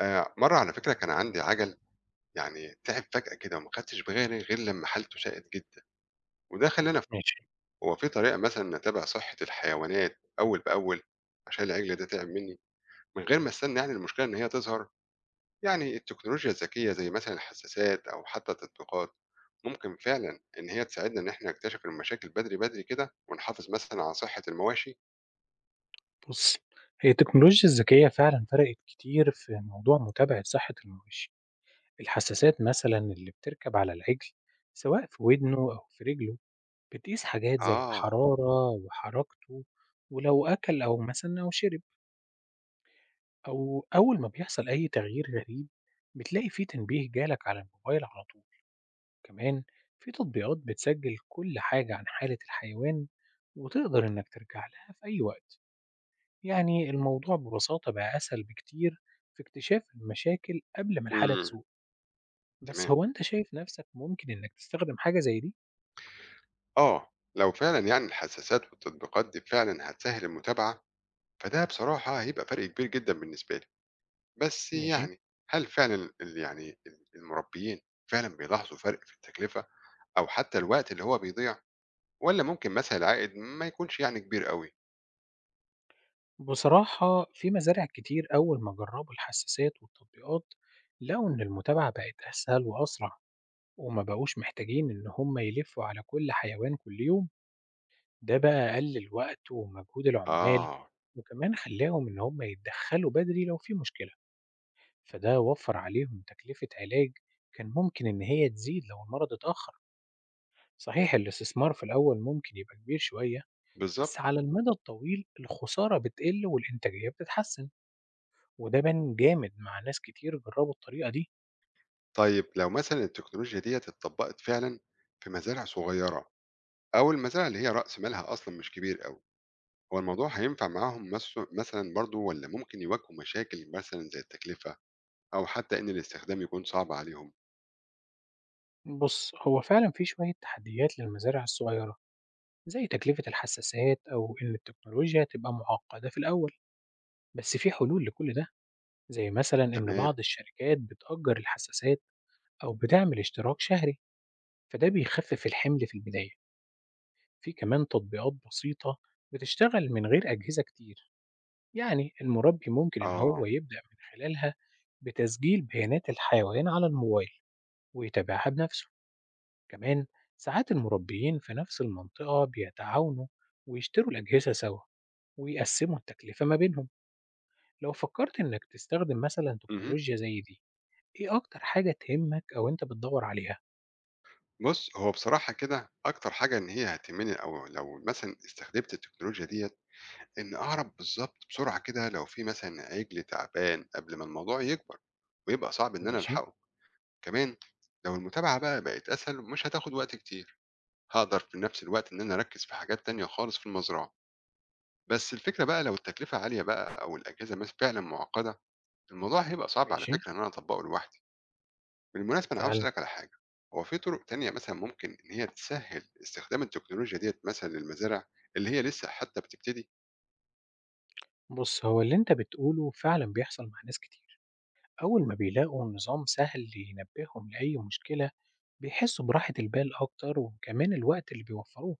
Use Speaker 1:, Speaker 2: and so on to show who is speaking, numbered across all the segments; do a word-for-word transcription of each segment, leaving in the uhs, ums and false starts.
Speaker 1: آآ مرّة على فكرة، كان عندي عَجَل يعني تِعِب فجأة كده، وما خدتش بالي غير لمّا حالته شاءت جدًا، وده خلّاني أف
Speaker 2: ماشي.
Speaker 1: هو في طريقة مثلًا أتابع صحة الحيوانات أول بأول عشان العِجل ده تِعِب منّي، من غير ما أستنى يعني المشكلة إن هي تظهر؟ يعني التكنولوجيا الذكية زي مثلًا الحساسات أو حتى التطبيقات، ممكن فعلًا إن هي تساعدنا إن إحنا نكتشف المشاكل بدري، بدري كده، ونحافظ مثلًا على صحة المواشي؟
Speaker 2: بُص، هي التكنولوجيا الذكية فعلًا فرقت كتير في موضوع متابعة صحة المواشي. الحساسات مثلًا اللي بتركب على العجل سواء في ودنه أو في رجله، بتقيس حاجات زي
Speaker 1: آه،
Speaker 2: الحرارة وحركته ولو أكل أو مثلًا أو شرب، أو أول ما بيحصل أي تغيير غريب بتلاقي في تنبيه جالك على الموبايل على طول. كمان في تطبيقات بتسجل كل حاجة عن حالة الحيوان وتقدر إنك ترجع لها في أي وقت. يعني الموضوع ببساطة بقى أسهل بكتير في اكتشاف المشاكل قبل ما الحالة
Speaker 1: إمم،
Speaker 2: تسوء. بس
Speaker 1: تمام.
Speaker 2: هو أنت شايف نفسك ممكن إنك تستخدم حاجة زي دي؟
Speaker 1: آه، لو فعلًا يعني الحساسات والتطبيقات دي فعلًا هتسهّل المتابعة، فده بصراحة هيبقى فرق كبير جدًا بالنسبة لي، بس
Speaker 2: ماشي.
Speaker 1: يعني هل فعلًا ال يعني ال المربيين فعلًا بيلاحظوا فرق في التكلفة أو حتى الوقت اللي هو بيضيع، والّا ممكن مثلًا العائد ما يكونش يعني كبير أوي؟
Speaker 2: بصراحة في مزارع كتير أول ما جربوا الحساسات والتطبيقات لقوا إن المتابعة بقت أسهل وأسرع وما بقوش محتاجين إن هم يلفوا على كل حيوان كل يوم. ده بقى قلل الوقت ومجهود العمال
Speaker 1: آه،
Speaker 2: وكمان خلاهم إن هم يتدخلوا بدري لو في مشكلة، فده وفر عليهم تكلفة علاج كان ممكن إن هي تزيد لو المرض اتأخر. صحيح الاستثمار في الأول ممكن يبقى كبير شوية، بس
Speaker 1: بالضبط.
Speaker 2: على المدى الطويل الخسارة بتقل والإنتاجية بتتحسن، وده بان جامد مع ناس كتير جربوا الطريقة دي.
Speaker 1: طيب لو مثلًا التكنولوجيا ديّة اتطبقت فعلًا في مزارع صغيرة أو المزارع اللي هي رأس مالها أصلًا مش كبير أوي، هو الموضوع هينفع معاهم مث مثلًا برضه، والّا ممكن يواجهوا مشاكل مثلًا زي التكلفة أو حتى إن الاستخدام يكون صعب عليهم؟
Speaker 2: بص، هو فعلا في شوية تحديات للمزارع الصغيرة زي تكلفة الحساسات أو إن التكنولوجيا تبقى معقدة في الأول، بس في حلول لكل ده. زي مثلا إن
Speaker 1: تمام،
Speaker 2: بعض الشركات بتأجر الحساسات أو بتعمل اشتراك شهري، فده بيخفف الحمل في البداية. في كمان تطبيقات بسيطة بتشتغل من غير أجهزة كتير، يعني المربي ممكن إن هو
Speaker 1: آه.
Speaker 2: يبدأ من خلالها بتسجيل بيانات الحيوان على الموبايل ويتابعها بنفسه. كمان ساعات المربيين في نفس المنطقة بيتعاونوا ويشتروا الأجهزة سوا ويقسموا التكلفة ما بينهم. لو فكرت إنك تستخدم مثلا
Speaker 1: اهم.
Speaker 2: تكنولوجيا زي دي، إيه أكتر حاجة تهمك أو أنت بتدور عليها؟
Speaker 1: بُص، هو بصراحة كده أكتر حاجة إن هي هتهمني، أو لو مثلًا استخدمت التكنولوجيا ديّة، إن أعرف بالضبط بسرعة كده لو في مثلًا عِجل تعبان قبل ما الموضوع يكبر ويبقى صعب إن أنا
Speaker 2: ماشي.
Speaker 1: ألحقه. كمان لو المتابعة بقى بقت أسهل ومش هتاخد وقت كتير، هاقدر في نفس الوقت إن أنا أركّز في حاجات تانية خالص في المزرعة. بس الفكرة بقى لو التكلفة عالية بقى أو الأجهزة مث فعلًا مُعقّدة، الموضوع هيبقى صعب على
Speaker 2: ماشي.
Speaker 1: فكرة إن أنا أطبّقه لوحدي. بالمناسبة أنا عاوز
Speaker 2: فعلا.
Speaker 1: أسألك على حاجة، هو في طرق تانية مثلًا ممكن إن هي تسهّل استخدام التكنولوجيا ديّة مثلًا للمزارع اللي هي لسه حتى بتبتدي؟
Speaker 2: بص، هو اللي انت بتقوله فعلا بيحصل مع ناس كتير. أول ما بيلاقوا نظام سهل ينبههم لأي مشكلة بيحسوا براحة البال أكتر وكمان الوقت اللي بيوفروه.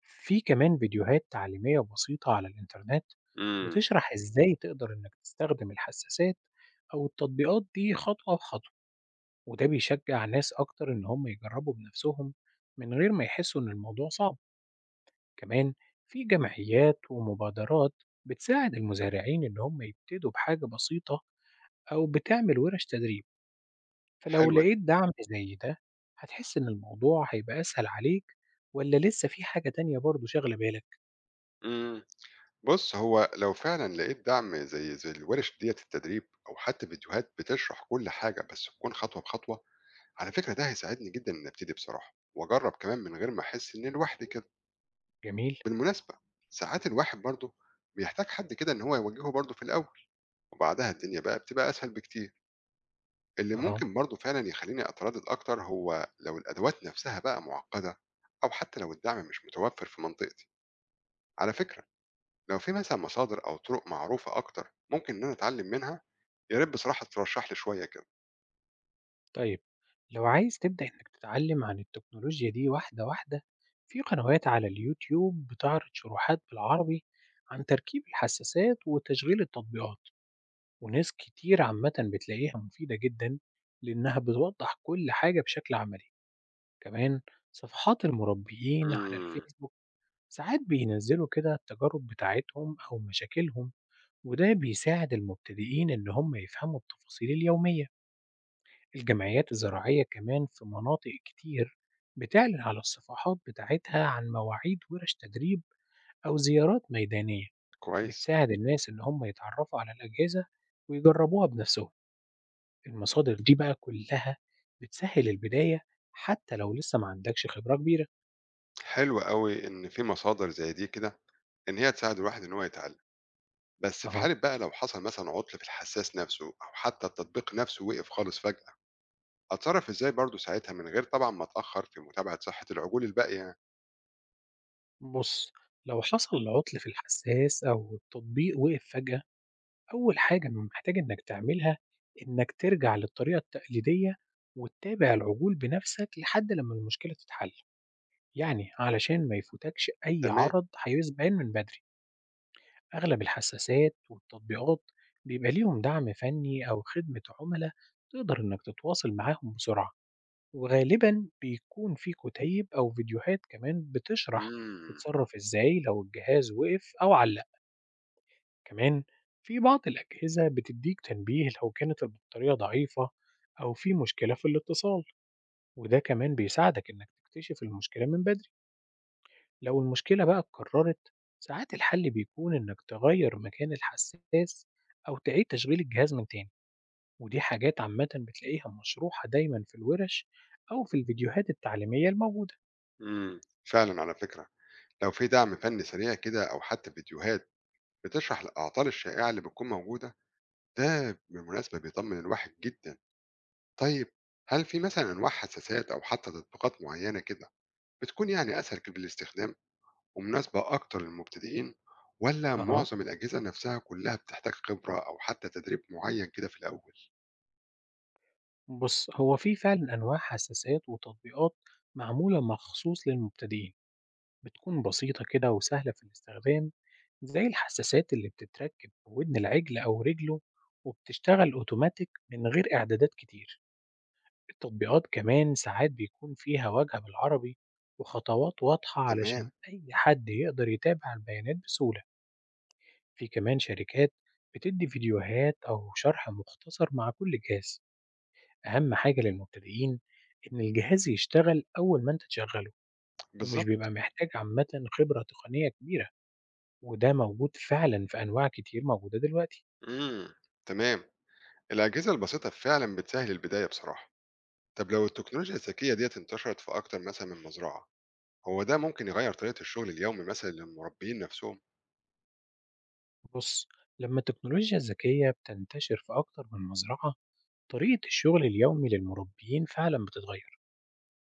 Speaker 2: في كمان فيديوهات تعليمية بسيطة على الإنترنت
Speaker 1: إمم.
Speaker 2: بتشرح إزاي تقدر إنك تستخدم الحساسات أو التطبيقات دي خطوة بخطوة، وده بيشجع ناس أكتر إن هم يجربوا بنفسهم من غير ما يحسوا إن الموضوع صعب. كمان في جمعيات ومبادرات بتساعد المزارعين إن هم يبتدوا بحاجة بسيطة أو بتعمل وِرَش تدريب، فلو
Speaker 1: حلوة دي.
Speaker 2: لقيت دعم زي ده هتحس إن الموضوع هيبقى أسهل عليك. والّا لسه في حاجة تانية برضه شاغلة بالك؟
Speaker 1: إمم. بُص، هو لو فعلًا لقيت دعم زي زي الورش ديّة التدريب أو حتى فيديوهات بتشرح كل حاجة، بس تكون خطوة بخطوة، على فكرة ده هيساعدني جدًا إني أبتدي بصراحة وأجرّب كمان، من غير ما أحس إنّي لوحدي كده.
Speaker 2: جميل.
Speaker 1: بالمناسبة ساعات الواحد برضه بيحتاج حد كده إن هو يوجّهه برضه في الأول، وبعدها الدنيا بقى بتبقى أسهل بكتير. اللي
Speaker 2: أها.
Speaker 1: ممكن برضه فعلا يخليني أتردد أكتر هو لو الأدوات نفسها بقى معقدة، أو حتى لو الدعم مش متوفر في منطقتي. على فكرة لو في مثلا مصادر أو طرق معروفة أكتر ممكن إن أنا أتعلم منها، يا ريت بصراحة ترشح لي شوية كده.
Speaker 2: طيب لو عايز تبدأ إنك تتعلم عن التكنولوجيا دي واحدة واحدة، في قنوات على اليوتيوب بتعرض شروحات بالعربي عن تركيب الحساسات وتشغيل التطبيقات، وناس كتير عامةً بتلاقيها مفيدة جدًا لإنها بتوضح كل حاجة بشكل عملي. كمان صفحات المربيين على
Speaker 1: امم.
Speaker 2: الفيسبوك ساعات بينزلوا كده التجارب بتاعتهم أو مشاكلهم، وده بيساعد المبتدئين إن هم يفهموا التفاصيل اليومية. الجمعيات الزراعية كمان في مناطق كتير بتعلن على الصفحات بتاعتها عن مواعيد ورش تدريب أو زيارات ميدانية
Speaker 1: كويس.
Speaker 2: بتساعد الناس إن هم يتعرفوا على الأجهزة ويجربوها بنفسهم. المصادر دي بقى كلها بتسهل البداية حتى لو لسه ما عندكش خبرة كبيرة.
Speaker 1: حلو قوي إن في مصادر زي دي كده، إن هي تساعد الواحد إن هو يتعلم. بس في
Speaker 2: أها.
Speaker 1: حالة بقى لو حصل مثلا عطل في الحساس نفسه أو حتى التطبيق نفسه وقف خالص فجأة، أتصرف إزاي برضه ساعتها من غير طبعا ما أتأخر في متابعة صحة العجول الباقية يعني؟
Speaker 2: بص، لو حصل عطل في الحساس أو التطبيق وقف فجأة، أول حاجة إنه محتاج إنك تعملها إنك ترجع للطريقة التقليدية وتتابع العجول بنفسك لحد لما المشكلة تتحل، يعني علشان ما يفوتكش أي
Speaker 1: تمام.
Speaker 2: عرض هيبان من بدري. أغلب الحساسات والتطبيقات بيبقى ليهم دعم فني أو خدمة عملاء تقدر إنك تتواصل معاهم بسرعة، وغالبًا بيكون في كُتيب أو فيديوهات كمان بتشرح
Speaker 1: إمم،
Speaker 2: تتصرّف إزاي لو الجهاز وقف أو علّق. كمان في بعض الأجهزة بتدّيك تنبيه لو كانت البطارية ضعيفة أو في مشكلة في الاتصال، وده كمان بيساعدك إنك تكتشف المشكلة من بدري. لو المشكلة بقى اتكرّرت ساعات الحل بيكون إنك تغيّر مكان الحساس أو تعيد تشغيل الجهاز من تاني، ودي حاجات عامةً بتلاقيها مشروحة دايمًا في الورش أو في الفيديوهات التعليمية الموجودة.
Speaker 1: إمم، فعلًا على فكرة، لو في دعم فني سريع كده أو حتى فيديوهات بتشرح الأعطال الشائعة اللي بتكون موجودة، ده بالمناسبة بيطمن الواحد جدًا. طيب هل في مثلًا أنواع حساسات أو حتى تطبيقات معينة كده بتكون يعني أسهل كده للاستخدام ومناسبة أكتر للمبتدئين، والّا
Speaker 2: أها.
Speaker 1: معظم الأجهزة نفسها كلها بتحتاج خبرة أو حتى تدريب معين كده في الأول؟
Speaker 2: بُص، هو في فعلًا أنواع حساسات وتطبيقات معمولة مخصوص للمبتدئين، بتكون بسيطة كده وسهلة في الاستخدام، زي الحساسات اللي بتتركب في ودن العجل أو رجله وبتشتغل أوتوماتيك من غير إعدادات كتير. التطبيقات كمان ساعات بيكون فيها واجهة بالعربي وخطوات واضحة
Speaker 1: تمام،
Speaker 2: علشان أي حد يقدر يتابع البيانات بسهولة. في كمان شركات بتدي فيديوهات أو شرح مختصر مع كل جهاز. أهم حاجة للمبتدئين إن الجهاز يشتغل أول ما أنت تشغله، ومش بيبقى
Speaker 1: بالضبط،
Speaker 2: محتاج عامة خبرة تقنية كبيرة، وده موجود فعلا في أنواع كتير موجودة دلوقتي.
Speaker 1: إمم، تمام، الأجهزة البسيطة فعلًا بتسهّل البداية بصراحة. طب لو التكنولوجيا الذكية ديّة انتشرت في أكتر مثلًا من مزرعة، هو ده ممكن يغيّر طريقة الشغل اليومي مثلًا للمربيين نفسهم؟
Speaker 2: بص، لما التكنولوجيا الذكية بتنتشر في أكتر من مزرعة طريقة الشغل اليومي للمربيين فعلا بتتغير.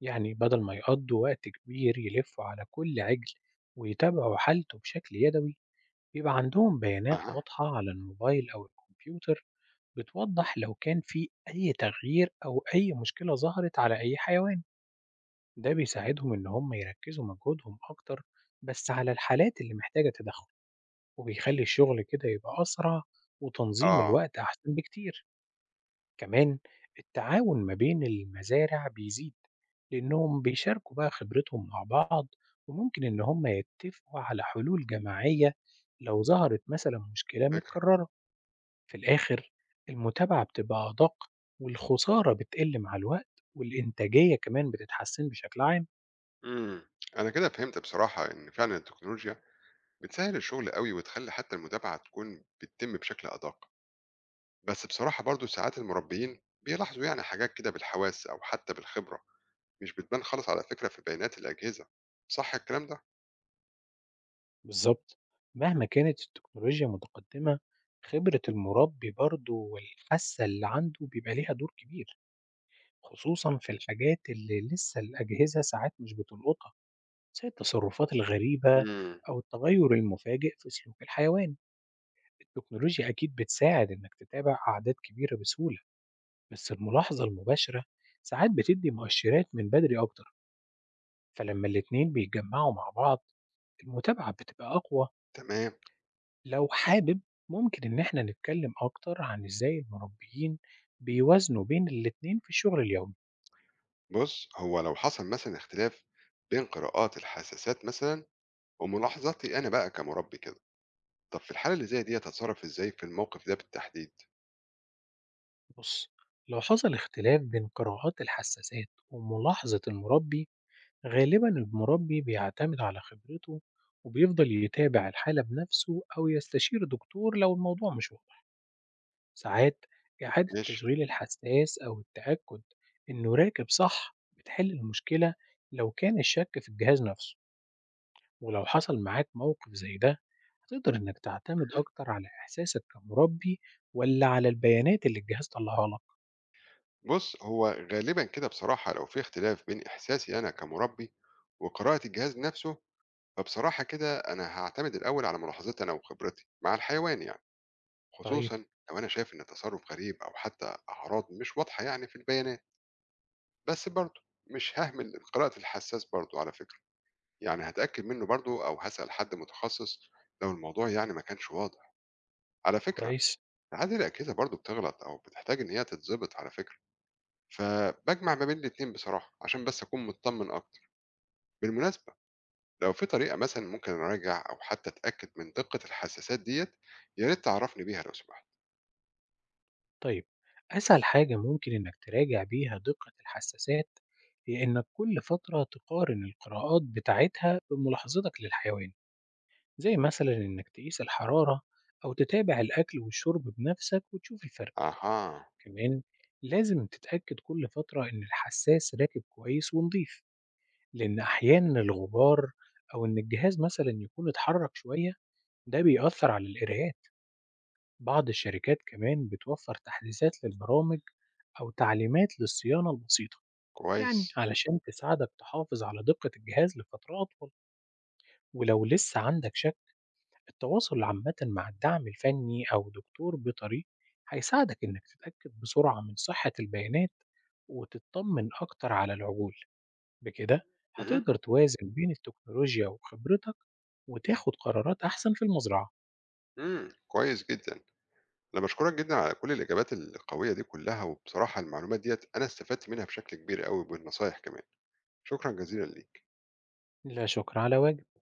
Speaker 2: يعني بدل ما يقضوا وقت كبير يلفوا على كل عجل ويتابعوا حالته بشكل يدوي، بيبقى عندهم بيانات
Speaker 1: أها.
Speaker 2: واضحة على الموبايل أو الكمبيوتر بتوضح لو كان في أي تغيير أو أي مشكلة ظهرت على أي حيوان. ده بيساعدهم إن هم يركزوا مجهودهم أكتر بس على الحالات اللي محتاجة تدخل، وبيخلي الشغل كده يبقى أسرع وتنظيم
Speaker 1: آه،
Speaker 2: الوقت أحسن بكتير. كمان التعاون ما بين المزارع بيزيد لأنهم بيشاركوا بقى خبرتهم مع بعض وممكن إن هم يتفقوا على حلول جماعية لو ظهرت مثلا مشكلة
Speaker 1: فكرة.
Speaker 2: متكررة. في الآخر المتابعة بتبقى أدق والخسارة بتقل مع الوقت والإنتاجية كمان بتتحسن بشكل عام.
Speaker 1: إمم، أنا كده فهمت بصراحة إن فعلًا التكنولوجيا بتسهّل الشغل أوي وتخلّي حتى المتابعة تكون بتتم بشكل أدق، بس بصراحة برضه ساعات المربيين بيلاحظوا يعني حاجات كده بالحواس أو حتى بالخبرة، مش بتبان خالص على فكرة في بيانات الأجهزة، صح الكلام ده؟
Speaker 2: بالظبط. مهما كانت التكنولوجيا متقدمة، خبرة المربي برضه والحاسة اللي عنده بيبقى ليها دور كبير، خصوصا في الحاجات اللي لسه الأجهزة ساعات مش بتلقطها زي التصرفات الغريبة
Speaker 1: إمم.
Speaker 2: أو التغير المفاجئ في سلوك الحيوان. التكنولوجيا أكيد بتساعد إنك تتابع أعداد كبيرة بسهولة، بس الملاحظة المباشرة ساعات بتدي مؤشرات من بدري أكتر، فلما الاتنين بيتجمعوا مع بعض المتابعة بتبقى أقوى.
Speaker 1: تمام.
Speaker 2: لو حابب ممكن إن إحنا نتكلم أكتر عن إزاي المربيين بيوازنوا بين الاتنين في الشغل اليومي.
Speaker 1: بُص، هو لو حصل مثلًا اختلاف بين قراءات الحساسات مثلًا وملاحظاتي أنا بقى كمُربّي كده، طب في الحالة اللي زي ديّة أتصرّف إزاي في الموقف ده بالتحديد؟
Speaker 2: بص، لو حصل اختلاف بين قراءات الحساسات وملاحظة المربي، غالبا المربي بيعتمد على خبرته وبيفضل يتابع الحالة بنفسه أو يستشير دكتور لو الموضوع مش واضح. ساعات إعادة
Speaker 1: ماشي،
Speaker 2: تشغيل الحساس أو التأكد إنه راكب صح بتحل المشكلة لو كان الشك في الجهاز نفسه. ولو حصل معاك موقف زي ده، هتقدر إنك تعتمد
Speaker 1: اهم.
Speaker 2: أكتر على إحساسك كمربي ولا على البيانات اللي الجهاز طلعها لك؟
Speaker 1: بُص، هو غالبًا كده بصراحة لو في اختلاف بين إحساسي أنا كمُربّي وقراءة الجهاز نَفْسه، فبصراحة كده أنا هاعتمد الأول على ملاحظاتي أنا وخبرتي مع الحيوان يعني،
Speaker 2: طيب.
Speaker 1: خصوصًا لو أنا شايف إن تصرُّف غريب أو حتى أعراض مش واضحة يعني في البيانات، بس برضه مش هاهمل قراءة الحساس برضه على فكرة، يعني هاتأكد منّه برضه أو هاسأل حد متخصص لو الموضوع يعني ما كانش واضح. على فكرة
Speaker 2: كويس.
Speaker 1: عادي الأجهزة برضه بتغلط أو بتحتاج إن هي تتظبط على فكرة، فبجمع ما بين الاتنين بصراحة عشان بس أكون مطمن أكتر. بالمناسبة لو في طريقة مثلا ممكن أراجع أو حتى أتأكد من دقة الحساسات ديت، يا ريت تعرفني بيها لو سمحت.
Speaker 2: طيب أسهل حاجة ممكن إنك تراجع بيها دقة الحساسات هي إنك كل فترة تقارن القراءات بتاعتها بملاحظتك للحيوان، زي مثلا إنك تقيس الحرارة أو تتابع الأكل والشرب بنفسك وتشوف الفرق.
Speaker 1: أها.
Speaker 2: كمان لازم تتأكد كل فترة إن الحساس راكب كويس ونضيف، لأن أحيانا الغبار أو إن الجهاز مثلا يكون اتحرك شوية ده بيأثر على القرايات. بعض الشركات كمان بتوفر تحديثات للبرامج أو تعليمات للصيانة البسيطة يعني
Speaker 1: كويس.
Speaker 2: علشان تساعدك تحافظ على دقة الجهاز لفترة أطول. ولو لسه عندك شك، التواصل عامةً مع الدعم الفني أو دكتور بيطري هيساعدك إنك تتأكد بسرعة من صحة البيانات وتطمن أكتر على العجول. بكده
Speaker 1: مهم.
Speaker 2: هتقدر توازن بين التكنولوجيا وخبرتك وتاخد قرارات أحسن في المزرعة.
Speaker 1: مم. كويس جدا، أنا بشكرك جدا على كل الإجابات القوية دي كلها، وبصراحة المعلومات ديت أنا استفدت منها بشكل كبير قوي بالنصايح كمان. شكرا جزيلا ليك.
Speaker 2: لا شكر على واجب.